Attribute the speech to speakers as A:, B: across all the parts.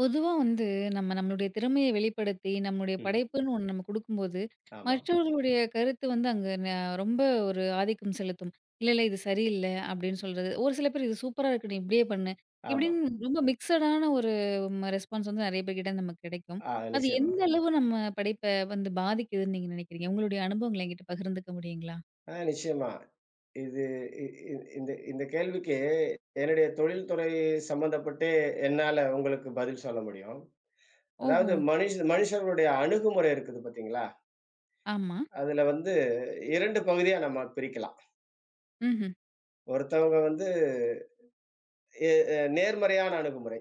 A: பொதுவா வந்து நம்ம நம்மளுடைய திறமைய வெளிப்படுத்தி, நம்மளுடைய
B: ம்.
A: படைப்புன்னு ஒண்ணு நம்ம குடுக்கும்போது,
B: ஆமா,
A: மற்றவர்களுடைய கருத்து வந்து அங்க ரொம்ப ஒரு ஆதிக்கம் செலுத்தும். "இல்ல, இல்ல இது சரியில்ல" அப்படின்னு சொல்றது. ஒரு சில பேர் "இது சூப்பரா இருக்கு. நீ இப்படியே பண்ணு"
B: ஆமா.
A: இப்படின்னு ரொம்ப மிக்ஸடான ஒரு ரெஸ்பான்ஸ் வந்து நெறைய பேர்கிட்ட நமக்கு கிடைக்கும்.
B: ஆ
A: அது
B: நிச்சயமா.
A: எந்த அளவு நம்ம படைப்ப வந்து பாதிக்குதுன்னு நீங்க நினைக்கிறீங்க? உங்களுடைய அனுபவங்கள என்கிட்ட பகிர்ந்துக்க முடியுங்களா?
B: ஆ நிச்சயமா. இது இ இ இந்த இந்த கேள்விக்கு என்னுடைய தொழில்துறை சம்மந்தப்பட்டு என்னால உங்களுக்கு பதில் சொல்ல முடியும்.
A: ஓஹோ!
B: அதாவது மனுஷர்களுடைய அணுகுமுறை இருக்குது பார்த்தீங்களா?
A: ஆமா.
B: அதுல வந்து 2 பகுதியா நம்ம பிரிக்கலாம்.
A: ம்ஹ்ம்.
B: ஒருத்தவங்க வந்து எ அ நேர்மறையான அணுகுமுறை.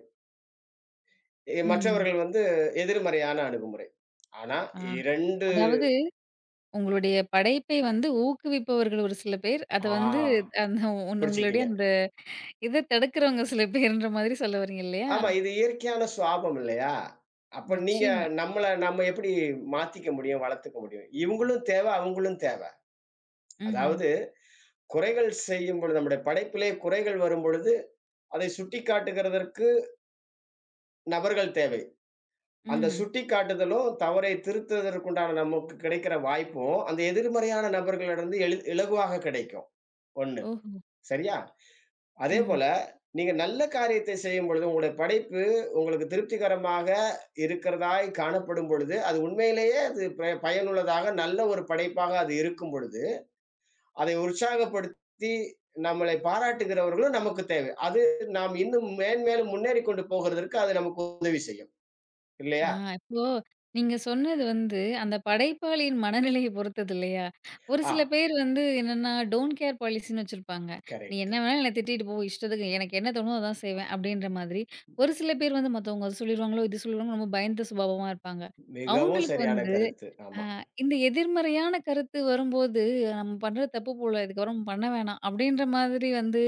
A: ம்.
B: மற்றவர்கள் வந்து எதிர்மறையான அணுகுமுறை. ஆனா
A: ஆ.
B: 2.
A: அதாவது உங்களுடைய படைப்பை வந்து ஊக்குவிப்பவர்கள் ஒரு சில பேர். அத
B: ஆ,
A: வந்து அந்த உங்களுடைய
B: பிடிச்சுக்கிட்டீங்க.
A: அந்த இத தடுக்கிறவங்க சில பேருன்ற மாதிரி சொல்ல வரீங்க இல்லையா?
B: ஆமா. இது இயற்கையான சுவாபம் இல்லையா? அப்ப நீங்க
A: நிச்சயமா.
B: நம்ம எப்படி மாத்திக்க முடியும்? வளர்த்துக்க முடியும்? இவங்களும் தேவ, அவங்களும் தேவ.
A: ம்ஹ்ம்.
B: அதாவது குறைகள் செய்யும் பொழுது நம்முடைய படைப்பிலே குறைகள் வரும்பொழுது, அதை சுட்டிக்காட்டுகிறதற்கு நபர்கள் தேவை. அந்த
A: ம்ஹ்ம்.
B: சுட்டிக்காட்டுதலும், தவறை திருத்துவதற்குண்டான நமக்கு கிடைக்கிற வாய்ப்பும், அந்த எதிர்மறையான நபர்களிடந்து இலகுவாக கிடைக்கும். 1.
A: ஓஹோ!
B: சரியா? அதே
A: ம்ஹ்ம்.
B: போல, நீங்க நல்ல காரியத்தை செய்யும்பொழுது, உங்களுடைய படைப்பு உங்களுக்கு திருப்திகரமாக இருக்கிறதாய் காணப்படும் பொழுது, அது உண்மையிலேயே அது பயனுள்ளதாக நல்ல ஒரு படைப்பாக அது இருக்கும் பொழுது, அதை உற்சாகப்படுத்தி நம்மளை பாராட்டுகிறவர்களும் நமக்கு தேவை. அது நாம் இன்னும் மேன்மேலும் முன்னேறிக் கொண்டு போகிறதற்கு அது நமக்கு உதவி செய்யும்.
A: ஆ,
B: இல்லையா?
A: இப்போ நீங்க சொன்னது வந்து அந்த படைப்பாளியின் மனநிலைய பொறுத்தது இல்லையா? ஒரு
B: ஆ,
A: சில பேர் வந்து என்னன்னா டோன்ட் கேர் பாலிசின்னு வச்சிருப்பாங்க. "நீ
B: கரெக்ட்.
A: என்ன வேணாலும் என்ன திட்டிட்டு போ. இஷ்டத்துக்கு எனக்கு என்ன தோணுதோ அதான் செய்வேன்." அப்படின்ற மாதிரி. ஒரு சில பேர் வந்து மத்தவங்க அது சொல்லிருவாங்களோ, இது சொல்லிருவாங்களோ ரொம்ப பயந்த சுபாவமா இருப்பாங்க.
B: மிகவும்
A: அவங்களுக்கு
B: சரியான
A: வந்து
B: கருத்து.
A: ஆ,
B: ஆமா.
A: இந்த எதிர்மறையான கருத்து வரும்போது, நம்ம பண்றது தப்பு போல, இதுக்கப்புறம் பண்ண வேணாம். அப்படின்ற மாதிரி வந்து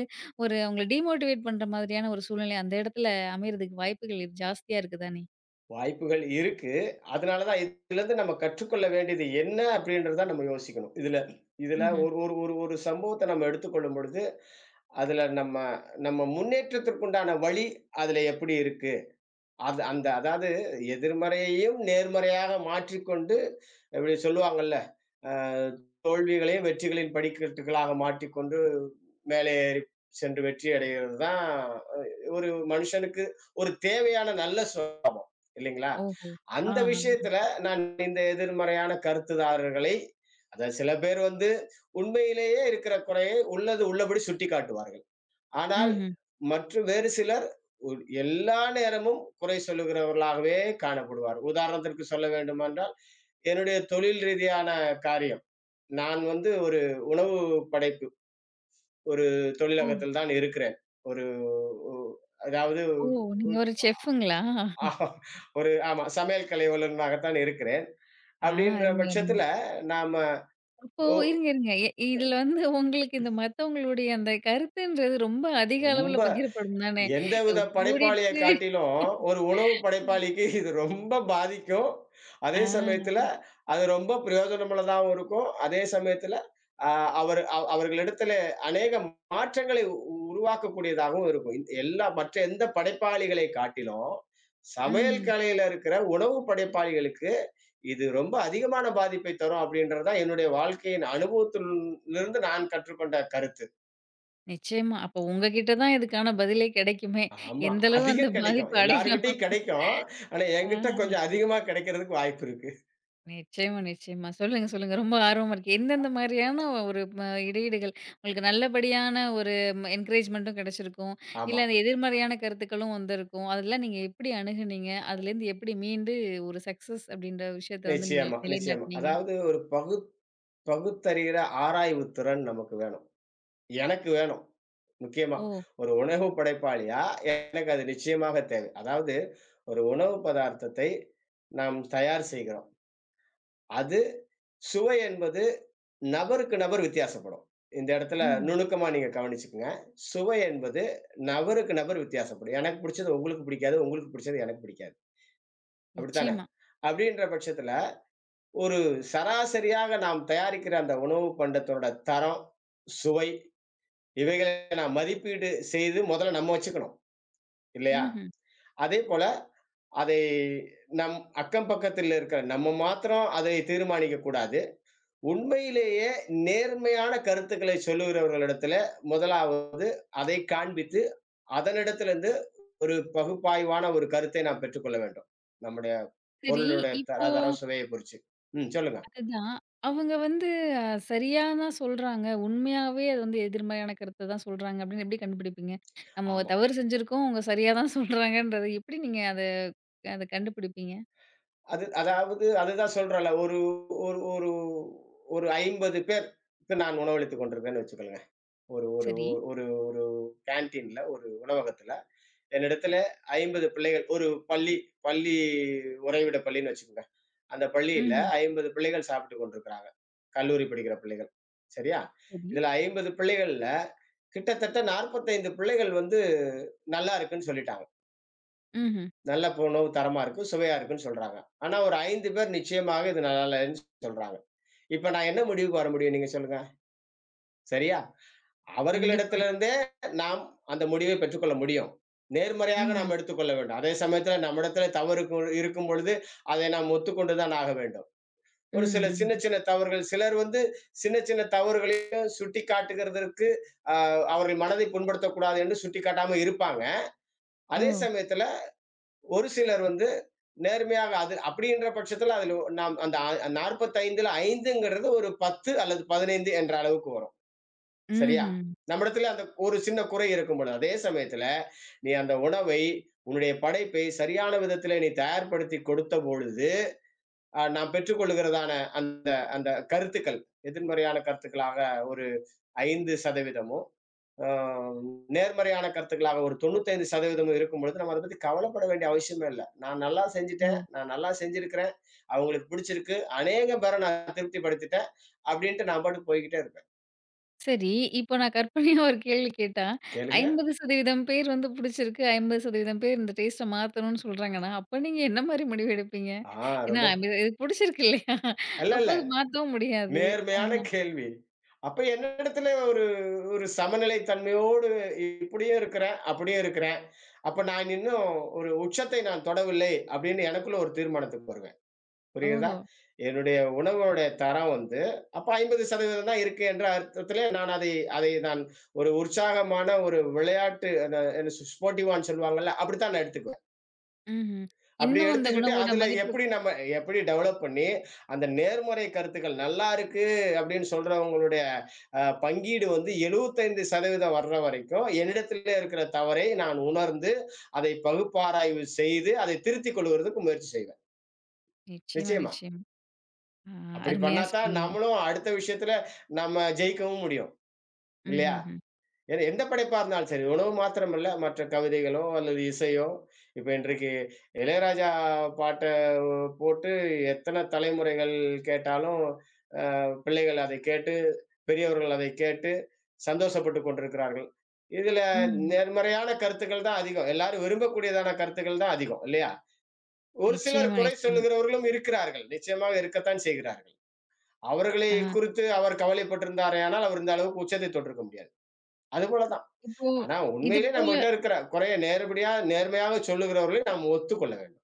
A: ஒரு அவங்கள டிமோட்டிவேட் பண்ற மாதிரியான ஒரு சூழ்நிலை அந்த இடத்துல அமையறதுக்கு வாய்ப்புகள் இது ஜாஸ்தியா இருக்கு தானே?
B: வாய்ப்புகள் இருக்கு. அதனால தான் இதுலருந்து நம்ம கற்றுக்கொள்ள வேண்டியது என்ன அப்படின்றத தான் நம்ம யோசிக்கணும். இதுல இதுல
A: ம்ஹ்ம்.
B: ஒரு ஒரு ஒரு ஒரு சம்பவத்த நம்ம எடுத்துக்கொள்ளும் பொழுது, அதுல நம்ம நம்ம முன்னேற்றத்திற்குண்டான வழி அதுல எப்படி இருக்கு? அது அந்த அதாவது எதிர்மறையையும் நேர்மறையாக மாற்றிக்கொண்டு இப்படி சொல்லுவாங்கல்ல, அ தோல்விகளையும் வெற்றிகளின் படிக்கட்டுகளாக மாற்றிக்கொண்டு மேலே ஏறி சென்று வெற்றி அடைகிறது தான், ஒரு மனுஷனுக்கு ஒரு தேவையான நல்ல இல்லைங்களா?
A: ஓஹோ! ஆ,
B: அந்த
A: ஆ.
B: விஷயத்துல நான் இந்த எதிர்மறையான கருத்துதாரர்களை அதாவது சில பேர் வந்து உண்மையிலேயே இருக்கிற குறையை உள்ளது உள்ளபடி சுட்டிக்காட்டுவார்கள். ஆனால்
A: ம்ஹ்ம்.
B: மற்று வேறு சிலர் உ எல்லா நேரமும் குறை சொல்லுகிறவர்களாகவே காணப்படுவார். உதாரணத்திற்கு சொல்ல வேண்டுமென்றால், என்னுடைய தொழில் ரீதியான காரியம். நான் வந்து ஒரு உணவு படைப்பு, ஒரு
A: ஓ!
B: தொழிலகத்தில் தான் இருக்கிறேன். ஒரு உ அதாவது
A: ஓ! நீங்க ஒரு செஃப்ங்களா?
B: ஆமா. ஒரு ஆமா. சமையல் கலைவல்லுனராகத்தான் இருக்கிறேன்.
A: ஆ,
B: அப்படின்ற
A: அருமை, அருமை.
B: பட்சத்துல, நாம
A: அப்போ
B: ஒ
A: இருங்க, இருங்க. இதுல வந்து உங்களுக்கு இந்த மத்தவங்களுடைய அந்த கருத்துன்றது ரொம்ப அதிக
B: ரொம்ப
A: அளவுல பகிரப்படும் தானே?
B: எந்தவித
A: உப்பு
B: படைப்பாளிய
A: கூடிட்டு
B: காட்டிலும், ஒரு உணவு படைப்பாளிக்கு இது ரொம்ப பாதிக்கும். அதே
A: ஆ.
B: சமயத்துல, அது ரொம்ப பிரயோஜனமுள்ளதாவும் இருக்கும். அதே சமயத்துல, அ அவர் அவ அவர்களிடத்திலே அநேக மாற்றங்களை உருவாக்கக்கூடியதாகவும் இருக்கும். எல்லா மற்ற எந்த படைப்பாளிகளை காட்டிலும், சமையல்
A: ம்ஹ்ம்.
B: கலையில இருக்கிற உணவு படைப்பாளிகளுக்கு இது ரொம்ப அதிகமான பாதிப்பை தரும் அப்படின்றது தான் என்னுடைய வாழ்க்கையின் அனுபவத்திலிருந்து நான் கற்றுக்கொண்ட கருத்து.
A: நிச்சயமா. அப்போ உங்ககிட்ட தான் இதுக்கான பதிலே கிடைக்குமே!
B: ஆமா.
A: எந்த அளவு அந்த
B: அதிகம் கிடைக்கும்.
A: பாதிப்பு அடையும்.
B: எல்லார்கிட்டயும் கிடைக்கும். ஆனா
A: ஆ.
B: என்கிட்ட கொஞ்சம் அதிகமா கிடைக்கிறதுக்கு வாய்ப்பு இருக்கு.
A: நிச்சயமா, நிச்சயமா. சொல்லுங்க, சொல்லுங்க. ரொம்ப ஆர்வமா இருக்கு. எந்தெந்த மாரியான ஒரு இடையீடுகள் உங்களுக்கு நல்லபடியான ஒரு என்கரேஜ்மென்ட்டும் கிடைச்சிருக்கும்.
B: ஆமா.
A: இல்ல அந்த எதிர்மறையான கருத்துக்களும் வந்திருக்கும். அதெல்லாம் நீங்க எப்படி அணுகுனீங்க? அதுலேருந்து எப்படி மீண்டு ஒரு சக்சஸ் அப்படின்ற விஷயத்த வந்து
B: நிச்சயமா, நிச்சயமா.
A: நிலைநாட்டுனீங்க?
B: அதாவது ஒரு பகு பகுத்தறிகிற ஆராய்வு திறன் நமக்கு வேணும். எனக்கு வேணும். முக்கியமா.
A: ஓ!
B: ஒரு உணவு படைப்பாளியா எனக்கு அது நிச்சயமாக தேவை. அதாவது ஒரு உணவு பதார்த்தத்தை நாம் தயார் செய்கிறோம். அது சுவை என்பது நபருக்கு நபர் வித்தியாசப்படும். இந்த இடத்துல
A: ம்ஹ்ம்.
B: நுணுக்கமா நீங்க கவனிச்சுக்கங்க. சுவை என்பது நபருக்கு நபர் வித்தியாசப்படும். எனக்கு பிடிச்சது உங்களுக்கு பிடிக்காது. உங்களுக்கு பிடிச்சது எனக்கு பிடிக்காது. அப்படித்தானே?
A: நிச்சயமா.
B: அப்படின்ற பட்சத்துல, ஒரு சராசரியாக நாம் தயாரிக்கிற அந்த உணவு பண்டத்தோட தரம், சுவை இவைகளை நாம் மதிப்பீடு செய்து முதல்ல நம்ம வச்சுக்கணும். இல்லையா?
A: ம்ஹ்ம்.
B: அதேபோல அதை நம் அக்கம் பக்கத்தில் இருக்கிற நம்ம மாத்திரம் அதை தீர்மானிக்கக் கூடாது. உண்மையிலேயே நேர்மையான கருத்துக்களை சொல்லுகிறவர்களிடத்துல முதலாவது அதை காண்பித்து அதனிடத்திலிருந்து ஒரு பகுப்பாய்வான ஒரு கருத்தை நாம் பெற்றுக்கொள்ள வேண்டும். நம்முடைய
A: சரி.
B: பொருளுடைய
A: இப்
B: தராதரம், சுவையைப் குறிச்சு. ம். சொல்லுங்க.
A: அதுதான். அவங்க வந்து அ சரியா தான் சொல்றாங்க. உண்மையாவே அது வந்து எதிர்மறையான கருத்த தான் சொல்றாங்க அப்படின்னு எப்படி கண்டுபிடிப்பீங்க? நம்ம ஒரு
B: ஆமா.
A: தவறு செஞ்சிருக்கோம். அவங்க சரியா தான் சொல்றாங்கன்றத எப்படி நீங்க அத அத கண்டுபிடிப்பீங்க?
B: அதுதான் சொல்றேன்ல. ஒரு ஒரு ஒரு ஒரு 50 பேருக்கு நான் உணவளித்துக் கொண்டிருக்கேன்னு வச்சுக்கோங்க. ஒரு ஒரு
A: சரி.
B: ஒரு ஒரு கேன்டீன்ல ஒரு உணவகத்துல என்னிடத்துல 50 பிள்ளைகள் ஒரு பள்ளி பள்ளி உறைவிட பள்ளின்னு வச்சுக்கோங்க. அந்த பள்ளியில
A: ம்ஹ்ம்.
B: 50 பிள்ளைகள் சாப்பிட்டுக் கொண்டிருக்கிறாங்க. கல்லூரி படிக்கிற பிள்ளைகள். சரியா?
A: சரி.
B: இதுல 50 பிள்ளைகள்ல கிட்டத்தட்ட 45 பிள்ளைகள் வந்து நல்லா இருக்குன்னு சொல்லிட்டாங்க.
A: ம்ஹ்ம்.
B: நல்ல உணவு தரமா இருக்கு, சுவையா இருக்குன்னு சொல்றாங்க. ஆனா ஒரு 5 பேர் நிச்சயமாக இது நல்லா இல்லன்னு சொல்றாங்க. இப்ப நான் என்ன முடிவுக்கு வர முடியும் நீங்க சொல்லுங்க? சரியா?
A: கண்டிப்பா.
B: அவர்களிடத்திலிருந்தே நாம் அந்த முடிவை பெற்றுக்கொள்ள முடியும். நேர்மறையாக
A: ம்ஹ்ம்.
B: நாம் எடுத்துக்கொள்ள வேண்டும். அதே சமயத்துல நம்மிடத்துல தவறு இருக்கு இருக்கும்பொழுது, அதை நாம் ஒத்துக்கொண்டு தான் ஆக வேண்டும். ஒரு சில சின்ன
A: ம்ஹ்ம்.
B: சின்ன தவறுகள் சிலர் வந்து சின்ன சின்ன தவறுகளையும் சுட்டி காட்டுகிறதற்கு அவர்கள் மனதை புண்படுத்தக்கூடாது என்று சுட்டி காட்டாம இருப்பாங்க.
A: ஓ!
B: அதே சமயத்துல ஒரு சிலர் வந்து நேர்மையாக அது அப்படின்ற பட்சத்துல அதுல நாம் அந்த 45ல ஐந்துங்கிறது ஒரு 10 அல்லது 15 என்ற அளவுக்கு வரும். சரியா?
A: ம்ஹ்ம்.
B: நம்மிடத்துல அந்த ஒரு சின்ன குறை இருக்கும் பொழுது அதே சமயத்துல நீ அந்த உணவை உன்னுடைய படைப்பை சரியான விதத்துல நீ தயார்படுத்தி கொடுத்த பொழுது நாம் பெற்றுக்கொள்ளுகிறதான அந்த அந்த கருத்துக்கள், எதிர்மறையான கருத்துக்களாக ஒரு 5%, அ நேர்மறையான கருத்துக்களாக ஒரு 95% இருக்கும் பொழுது, நம்ம அத பத்தி கவலைப்பட வேண்டிய அவசியமே இல்ல. நான் நல்லா செஞ்சுட்டேன்,
A: ஓ!
B: நான் நல்லா செஞ்சிருக்கிறேன், அவங்களுக்கு பிடிச்சிருக்கு, அநேக பேர நான் திருப்திப்படுத்திட்டேன், அப்படின்ட்டு நான் பாட்டுக்கு போய்க்கிட்டே இருப்பேன்.
A: சரி. இப்போ நான் கற்பனையா ஒரு கேள்வி கேட்டா,
B: கேளுங்க.
A: 50% பேர் வந்து புடிச்சிருக்கு. 50% பேர் இந்த டேஸ்ட்ட மாத்தணும்னு சொல்றாங்கன்னா, அப்ப நீங்க என்ன மாரி முடிவு எடுப்பீங்க?
B: ஆ
A: ஏன்னா,
B: ரொம்ப
A: இது இது புடிச்சிருக்கு இல்லையா?
B: இல்ல,
A: அப்போ
B: இல்ல.
A: அது மாத்தவும் முடியாது.
B: நேர்மையான கேள்வி. அப்ப என்னிடத்துல ஒரு ஒரு சமநிலை தன்மையோடு இப்படியும் இருக்கிறேன், அப்படியும் இருக்கிறேன். அப்ப நான் இன்னும் ஒரு உச்சத்தை நான் தொடவில்லை அப்படின்னு எனக்குள்ள ஒரு தீர்மானத்துக்கு வருவேன். புரிகிறதா?
A: ஓஹோ!
B: என்னுடைய உணவோட தரம் வந்து அப்ப 50% தான் இருக்கு என்ற அர்த்தத்திலே நான் அதை அதை நான் ஒரு உற்சாகமான ஒரு விளையாட்டு அந்த என்ன ஸ்போர்ட்டிவான்னு சொல்லுவாங்கல்ல, அப்படித்தான் நான் எடுத்துக்குவேன்.
A: ம்ஹ்ம்.
B: அப்படி
A: இன்னும் அந்த
B: எடுத்துக்கிட்டு,
A: உணவோட
B: அதுல
A: மதிப்பு
B: எப்படி டெவலப் பண்ணி, அந்த நேர்மறை கருத்துக்கள் நல்லா இருக்கு அப்படின்னு சொல்றவங்களுடைய பங்கீடு வந்து 75% வர்ற வரைக்கும், என்னிடத்திலே இருக்கிற தவறை நான் உணர்ந்து, அதை பகுப்பாராய்வு செய்து, அதை திருத்திக் கொள்வதற்கு முயற்சி செய்வேன்.
A: நிச்சயமா,
B: நிச்சயமா.
A: நிச்சயமா. ஆ,
B: அப்படி பண்ணா
A: அருமையா
B: தான்
A: சொன்னீங்க.
B: நம்மளும் அடுத்த விஷயத்துல நம்ம ஜெயிக்கவும் முடியும். இல்லையா?
A: ம்ஹ்ஹ்ம்.
B: எது எந்த படைப்பா இருந்தாலும் சரி. உணவு மாத்திரமல்ல, மற்ற கவிதைகளோ அல்லது இசையோ, இப்ப இன்றைக்கு இளையராஜா பாட்ட போட்டு எத்தன தலைமுறைகள் கேட்டாலும், பிள்ளைகள் அதைக் கேட்டு, பெரியவர்கள் அதைக் கேட்டு சந்தோஷப்பட்டுக் கொண்டிருக்கிறார்கள். இதுல
A: ம்ஹ்ம்.
B: நேர்மறையான கருத்துக்கள் தான் அதிகம். எல்லாரும் விரும்பக்கூடியதான கருத்துக்கள் தான் அதிகம், இல்லையா? ஒரு சிலர்
A: நிச்சயமா,
B: குறை
A: நிச்சயமா.
B: சொல்லுகிறவர்களும் இருக்கிறார்கள். நிச்சயமாக இருக்கத்தான் செய்கிறார்கள். அவர்களை
A: ஆ,
B: குறித்து அவர் கவலைப்பட்டிருந்தாரேயானால், அவர் இந்த அளவுக்கு உச்சத்தைத் தொட்டிருக்க முடியாது. அதுபோல தான்.
A: இப்போ
B: ஆனா
A: இது
B: உண்மையிலே
A: போல
B: நம்மகிட்ட இருக்கிற குறைய நேரடியா, நேர்மையாக சொல்லுகிறவர்களையும் நாம் ஒத்துக்கொள்ள வேண்டும்.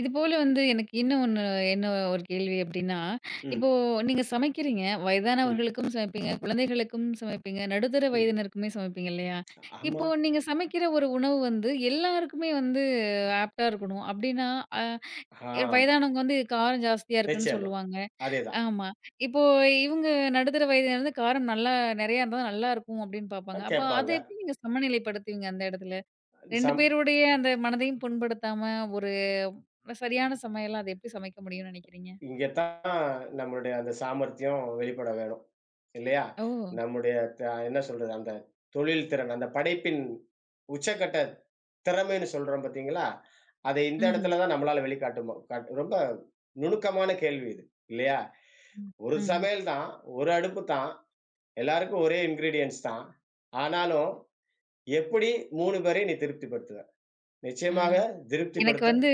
A: இது போல வந்து எனக்கு இன்னும் ஒண்ணு என்ன ஒரு கேள்வி அப்டின்னா, இப்போ
B: ம்,
A: நீங்க சமைக்கிறீங்க.
B: ம்,
A: வயதானவர்களுக்கும் சமைப்பீங்க, குழந்தைகளுக்கும் சமைப்பீங்க, நடுத்தர
B: ம்.
A: வயதினருக்குமே சமைப்பீங்க இல்லையா?
B: ஆமா.
A: இப்போ நீங்க சமைக்கிற ஒரு உணவு வந்து எல்லாருக்குமே வந்து ஆப்ட்டா இருக்கணும். அப்டின்னா, அ எ
B: ஆம்.
A: வயதானவங்க வந்து காரம் ஜாஸ்தியா இருக்குன்னு
B: நிச்சயமா.
A: சொல்லுவாங்க.
B: அதேதான்.
A: ஆமா. இப்போ இவங்க நடுத்தர வயதினர் வந்து காரம் நல்லா நெறையா இருந்தா தான் நல்லாருக்கும் அப்படின்னு
B: அ,
A: பார்ப்பாங்க. அப்ப அத
B: கேட்பாங்க.
A: எப்படி நீங்க சமநிலைப்படுத்துவீங்க அந்த இடத்துல? 2
B: சம்
A: பேருடைய அந்த மனதையும் புண்படுத்தாம ஒரு சரியான சமையலா அத எப்படி சமைக்க முடியும்னு நெனைக்கிறீங்க?
B: இங்க தான் நம்மளுடைய அந்த சாமர்த்தியம் வெளிப்பட வேணும். இல்லையா?
A: ஓ!
B: நம்முடைய என்ன சொல்றது? அந்த தொழில் திறன், அந்த படைப்பின் உச்சக்கட்ட திறமைன்னு சொல்றோம் பார்த்தீங்களா? அதை இந்த
A: ம்ஹ்ம்,
B: இடத்துல தான் நம்மளால வெளிக்காட்ட மு காட் ரொம்ப நுணுக்கமான கேள்வி இது. இல்லையா? ஒரு
A: ம்ஹ்ம்.
B: சமையல் தான், ஒரு அடுப்பு தான். எல்லாருக்கும் ஒரே இன்கிரீடியன்ட்ஸ் தான். ஆனாலும், எப்படி 3 பேரையும் நீ திருப்திப்படுத்துவ?
A: ஆ.
B: நிச்சயமாக
A: எனக்கு
B: திருப்திப்படுத்த.
A: வந்து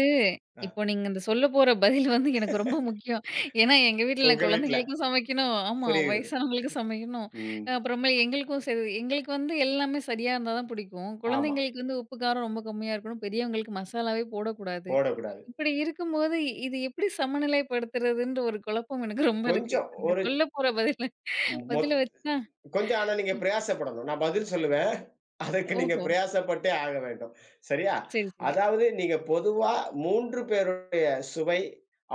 B: அ
A: இப்போ நீங்க இந்த சொல்ல போற பதில் வந்து எனக்கு ரொம்ப முக்கியம். ஏன்னா, எங்க வீட்ல நான்
B: உங்க வீட்ல.
A: குழந்தைகளுக்கும் சமைக்கணும். ஆமா,
B: புரியுது.
A: வயசானவங்களுக்கும் சமைக்கணும்.
B: ம்.
A: அப்புறமா எங்களுக்கும் சரி எங்களுக்கு வந்து எல்லாமே சரியா இருந்தா தான் பிடிக்கும்.
B: ஆமா.
A: குழந்தைங்களுக்கு வந்து உப்பு, காரம் ரொம்ப கம்மியா இருக்கணும். பெரியவங்களுக்கு மசாலாவே போடக்கூடாது.
B: போடக்கூடாது.
A: இப்படி இருக்கும்போது இது எப்படி சமநிலைப்படுத்துறதுன்ற ஒரு குழப்பம் எனக்கு ரொம்ப இருக்கு.
B: கொஞ்சம்
A: இப்ப நீங்க
B: ஒரு
A: சொல்ல போற பதில
B: மொத்
A: பதில வச்சு தான்
B: கொஞ்சம், ஆனா நீங்க பிரயாசப்படணும். நான் பதில் சொல்லுவேன். அதுக்கு நீங்க
A: ஓஹோ!
B: பிரயாசப்பட்டே ஆக வேண்டும். சரியா?
A: சரி, சரி.
B: அதாவது நீங்க பொதுவா 3 பேருடைய சுவை,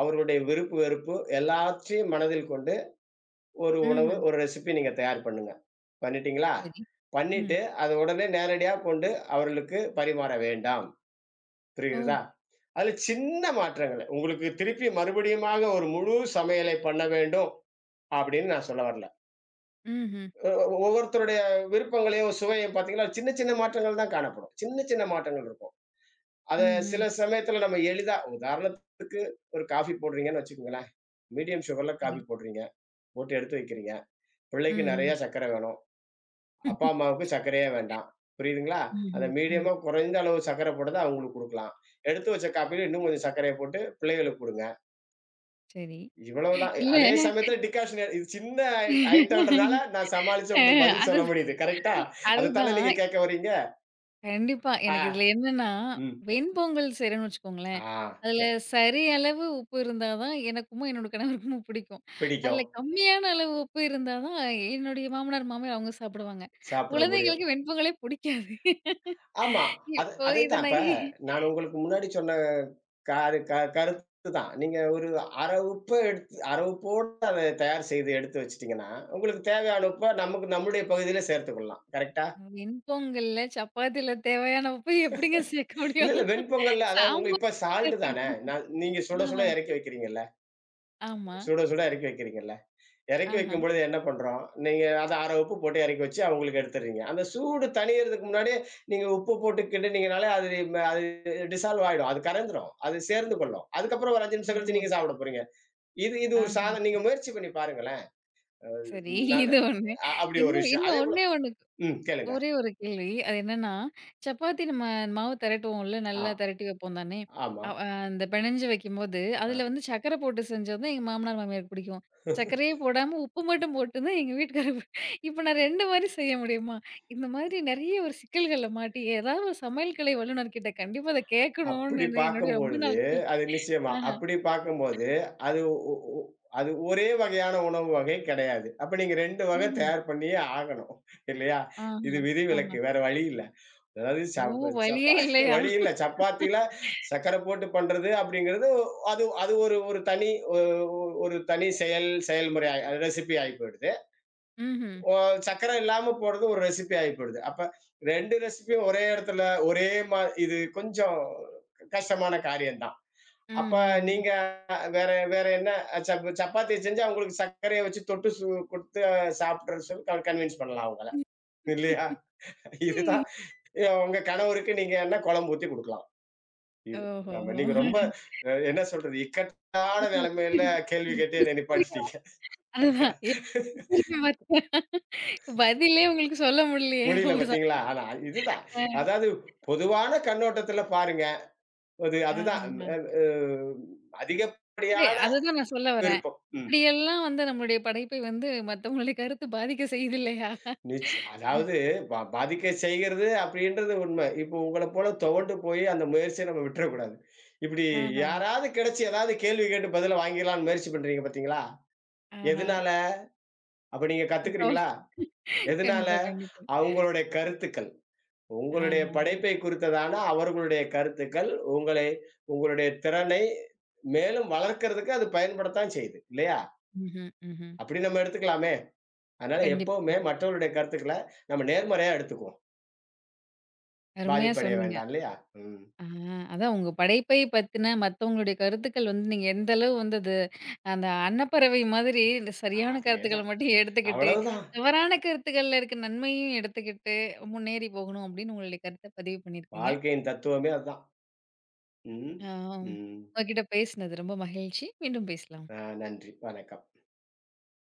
B: அவர்களுடைய விருப்பு, வெறுப்பு எல்லாவற்றையும் மனதில் கொண்டு ஒரு உணவு,
A: ம்ஹ்ம்.
B: ஒரு ரெசிபி நீங்க தயார் பண்ணுங்க. பண்ணிட்டீங்களா?
A: சரி. ம்.
B: பண்ணிட்டு, அத உடனே நேரடியா கொண்டு அவர்களுக்கு பரிமாற வேண்டாம்.
A: ஓ!
B: புரிகிறதா? அதுல சின்ன மாற்றங்கள். உங்களுக்கு திருப்பி மறுபடியுமாக ஒரு முழு சமையலை பண்ண வேண்டும் அப்படின்னு நான் சொல்ல வரல.
A: ம்ஹ்ம்.
B: ஒ ஒ ஒவ்வொருத்தருடைய விருப்பங்களையும், சுவையும் பார்த்தீங்கன்னா, சின்ன சின்ன மாற்றங்கள் தான் காணப்படும். சின்ன சின்ன மாற்றங்கள் இருக்கும். அத
A: ம்ஹ்ம்.
B: சில சமயத்துல நம்ம எளிதா உதாரணத்துக்கு ஒரு காஃபி போடுறீங்கன்னு வச்சுக்கோங்களேன். மீடியம் சுகர்ல
A: சரி.
B: காஃபி போடுறீங்க. போட்டு எடுத்து வைக்கிறீங்க. பிள்ளைக்கு நெறைய
A: ம்ஹ்ம்.
B: சர்க்கரை வேணும். அப்பா, அம்மாவுக்கு சர்க்கரையே வேண்டாம். புரியுதுங்களா? அத
A: ம்ஹ்ம். ம்.
B: மீடியமா குறைந்த அளவு சர்க்கரை போட்டத அவங்களுக்கு குடுக்கலாம். எடுத்து வச்ச காப்பியில இன்னும் கொஞ்சம் சர்க்கரைய போட்டு பிள்ளைகளுக்கு குடுங்க.
A: சரி.
B: இவ்வளவுதான்.
A: இல்ல
B: அதே சமயத்துல டிகாஷன் இது சின்ன ஐ ஐட்டம்ன்றனால நான் சமாளிச்சு
A: அ
B: உங்களுக்கு பதில் சொல்ல
A: அதுதான்
B: முடியுது. கரெக்ட்டா? அதத்தானே நீங்க
A: அதுதான்.
B: கேட்க வர்றீங்க?
A: கண்டிப்பா. எனக்கு இதுல
B: ஆ,
A: என்னன்னா,
B: ம்,
A: வெண்பொங்கல் செய்றேன்னு வச்சுக்கோங்களேன்.
B: ஆ, கே,
A: அதுல சரி அளவு உப்பு இருந்தா தான் எனக்கும், என்னோட கணவருக்கும் பிடிக்கும்.
B: பிடிக்கும்.
A: அதுல கம்மியான அளவு உப்பு இருந்தா தான் என்னுடைய மாமனார், மாமியார் அவங்க சாப்பிடுவாங்க.
B: சாப்பிட முடியும்.
A: குழந்தைகளுக்கு வெண்பொங்கலே பிடிக்காது.
B: ஆமா. அது
A: இப்போ இது
B: அதேதான். இப்ப
A: நான்
B: நான் உங்களுக்கு முன்னாடி சொன்ன காரு க கருத்து தான். நீங்க ஒரு அரை உப்பு எடுத்து அரை உப்போட அத தயார் செய்து எடுத்து வச்சுட்டீங்கன்னா, உங்களுக்கு தேவையான உப்ப நமக்கு நம்முடைய பகுதியில சேர்த்துக்கொள்ளலாம். கரெக்ட்டா?
A: வெண்பொங்கல்ல சப்பாத்தில தேவையான உப்பு எப்படிங்க சேர்க்க
B: இல்ல,
A: முடியும்?
B: இல்ல. வெண்பொங்கல்ல அதாவது உங்க
A: சாம்பார்
B: இப்ப சால்ட் தானே.
A: சேர்த்துக்கலாம்.
B: நீங்க சுட சுட
A: ஆஹா.
B: இறக்கி வைக்கிறீங்கல்ல.
A: ஆமா.
B: சுட சுட இறக்கி வைக்கிறீங்கல்ல. இறக்கி
A: ஆஹா.
B: வைக்கும்பொழுது என்ன பண்றோம், நீங்க அத 1/2 உப்பு போட்டு இறக்கி வச்சு அவங்களுக்கு எடுத்துடுறீங்க. அந்த சூடு தணியறதுக்கு முன்னாடியே நீங்க உப்பு போட்டு கிண்டுனீங்கனாலே அது அது டிசால்வ் ஆயிடும். அது கரைந்துரும். அது சேர்ந்து கொள்ளும். அதுக்கப்புறம் ஒரு 5 நிமிஷம் கழிச்சு
A: ஓ!
B: நீங்க சாப்பிட போறீங்க. இது இது ஒரு
A: ஆஹா.
B: சாத நீங்க முயற்சி பண்ணி பாருங்களேன். அ
A: சரி.
B: நானு
A: இது ஒண்ணு.
B: அ அப்படி ஒரு
A: இன்னும்
B: விஷயம்.
A: இன்னும்
B: அதேபோல
A: ஒண்ணே ஒண்ணு.
B: ம், கேளுங்க.
A: ஒரே ஒரு கேள்வி. அது என்னன்னா, சப்பாத்தி நம்ம மாவு திரட்டுவோம்ல,
B: ஆ,
A: நல்லா திரட்டி வைப்போம் தானே!
B: ஆமா.
A: அவ் அ அந்த பெனஞ்சு வைக்கும்போது, அதில வந்து சர்க்கரை போட்டு செஞ்சது தான் எங்க மாமனார், மாமியாருக்கு பிடிக்கும். சர்க்கரையே போடாம உப்பு மட்டும் போட்டு தான் எங்க வீட்டுக்காரருக்கு இப்ப நான் 2 மாரி செய்ய முடியுமா? இந்த மாதிரி நெறைய ஒரு சிக்கல்கள்ல மாட்டி, ஏதாவது ஒரு சமையல் கலை வல்லுநர்கிட்ட கண்டிப்பா அத
B: அப்படி
A: கேட்கணும்னு என்ன என்னுடைய ரொம்ப
B: பார்க்கும்பொழுது,
A: நாள் கே
B: அது நிச்சயமா.
A: ஆஹா.
B: அப்படி பார்க்கும்போது, அது ஒ ஒ அது ஒரே வகையான உணவு வகை கிடையாது. அப்ப நீங்க 2 வகை
A: ம்ஹ்ம்.
B: தயார் பண்ணியே ஆகணும். இல்லையா? இது
A: ஆஹா. ஆஹா.
B: விதிவிலக்கு. வேற வழி இல்ல. அதாவது
A: ஓ!
B: சப்
A: வழியே
B: சப்பா
A: இல்லையா?
B: வழி இல்ல. சப்பாத்தில சர்க்கரை போட்டு பண்றது அப்படிங்கிறது, அது அது ஒரு ஒரு தனி ஒ ஒ- ஒரு தனி செயல், செயல்முறை, ரெசிபி ஆயி போயிடுது.
A: ம்ஹ்ம்.
B: ஓ. சக்கரை இல்லாம போடுறது ஒரு ரெசிபி ஆகி போயிடுது. அப்ப 2 ரெசிபியும் ஒரே இடத்துல ஒரே மா இது கொஞ்சம் கஷ்டமான காரியம் தான். அப்ப
A: ம்ஹ்ஹ்ம்.
B: நீங்க வேற வேற என்ன சப்பாத்தி செஞ்சா உங்களுக்கு சர்க்கரைய வச்சு தொட்டு குடுத்து சாப்பிடுற சொல்லி கன்வின்ஸ் பண்ணலாம் அவங்கள. இல்லையா? இதுதான் உங்க கணவருக்கு நீங்க என்ன குழம்பு ஊத்தி குடுக்கலாம். இது.
A: ஓஹோ!
B: ஆமா. நீங்க ரொம்ப
A: நீங்க
B: என்ன சொல்றது? இக்கட்டான நிலைமையில கேள்வி கேட்டு
A: எப்படி
B: என்ன
A: திட்டுறீங்க
B: நிப்பாட்டிட்டீங்க.
A: அதுதான். திட்டுறீங்க பாத்தீங்களா? பதிலே உங்களுக்கு சொல்ல முடியலையே
B: முடியல
A: ஒரு
B: பார்த்தீங்களா?
A: சமயம்.
B: ஆனா இதுதான்.
A: அ.
B: அதாவது பொதுவான கண்ணோட்டத்துல பாருங்க. ஒரு அதுதான் அ
A: ஆஹஹ.
B: அ
A: இல்ல
B: அதிகப்படியான
A: அததான் நான் சொல்ல வரேன்.
B: விருப்பம். ம்.
A: இப்படியெல்லாம் வந்து நம்மளுடைய படைப்பை வந்து மத்தவங்களுடைய கருத்து பாதிக்க செய்யுது இல்லையா?
B: அதாவது பாதிக்க செய்கிறது அப்படின்றது உண்மை. இப்போ உங்கள போல துவண்டு போய் அந்த முயற்சிய நம்ம விட்டுறக்கூடாது. இப்படி
A: ஆஹா,
B: யாராவது கிடைச்சு ஏதாவது கேள்வி கேட்டு பதில வாங்கிடலாம்ன்னு முயற்சி பண்றீங்க பார்த்தீங்களா?
A: ஆஹா.
B: எதனால? அப்ப நீங்க
A: அப்போ
B: கத்துக்கிறீங்களா? எதனால?
A: கண்டிப்பா, கண்டிப்பா.
B: அவங்களுடைய கருத்துக்கள். உங்களுடைய
A: ஆஹா.
B: படைப்பை குறித்ததான அவர்களுடைய கருத்துக்கள், உங்களுடைய திறனை மேலும் வளர்க்கறதுக்கு அது பயன்படத்தான் செய்யுது. இல்லையா?
A: ம்ஹ்ம், ம்ஹ்ம்.
B: அப்படி நம்ம எடுத்துக்கலாமே! அதனால
A: கண்டிப்பா,
B: எப்பவுமே
A: கண்டிப்பா.
B: மற்றவருடைய கருத்துக்கள நம்ம நேர்மறையா எடுத்துக்குவோம்.
A: அருமையா
B: பாதிப்படைய
A: சொன்னீங்க.
B: வேண்டாம் இல்லையா? ம்.
A: ஆ, அதான் உங்க படைப்பை பத்தின மத்தவங்களுடைய கருத்துக்கள் வந்து நீங்க எந்த அளவு வந்து அது அந்த அன்னப்பறவை மாதிரி இந்த சரியான கருத்துக்களை
B: அதேதான்.
A: மட்டும் எடுத்துக்கிட்டு,
B: அவ்வளவுதான்.
A: தவறான கருத்துக்கள்ல இருக்க நன்மையும் எடுத்துக்கிட்டு முன்னேறி போகணும் அப்படின்னு உங்களுடைய கருத்தை பதிவு பண்ணியிருக்கீங்க.
B: வாழ்க்கையின் தத்துவமே அதுதான். ம்.
A: ஆ,
B: ம்.
A: உங்ககிட்ட பேசினது ரொம்ப மகிழ்ச்சி. மீண்டும் பேசலாம்.
B: அ, நன்றி. வணக்கம்.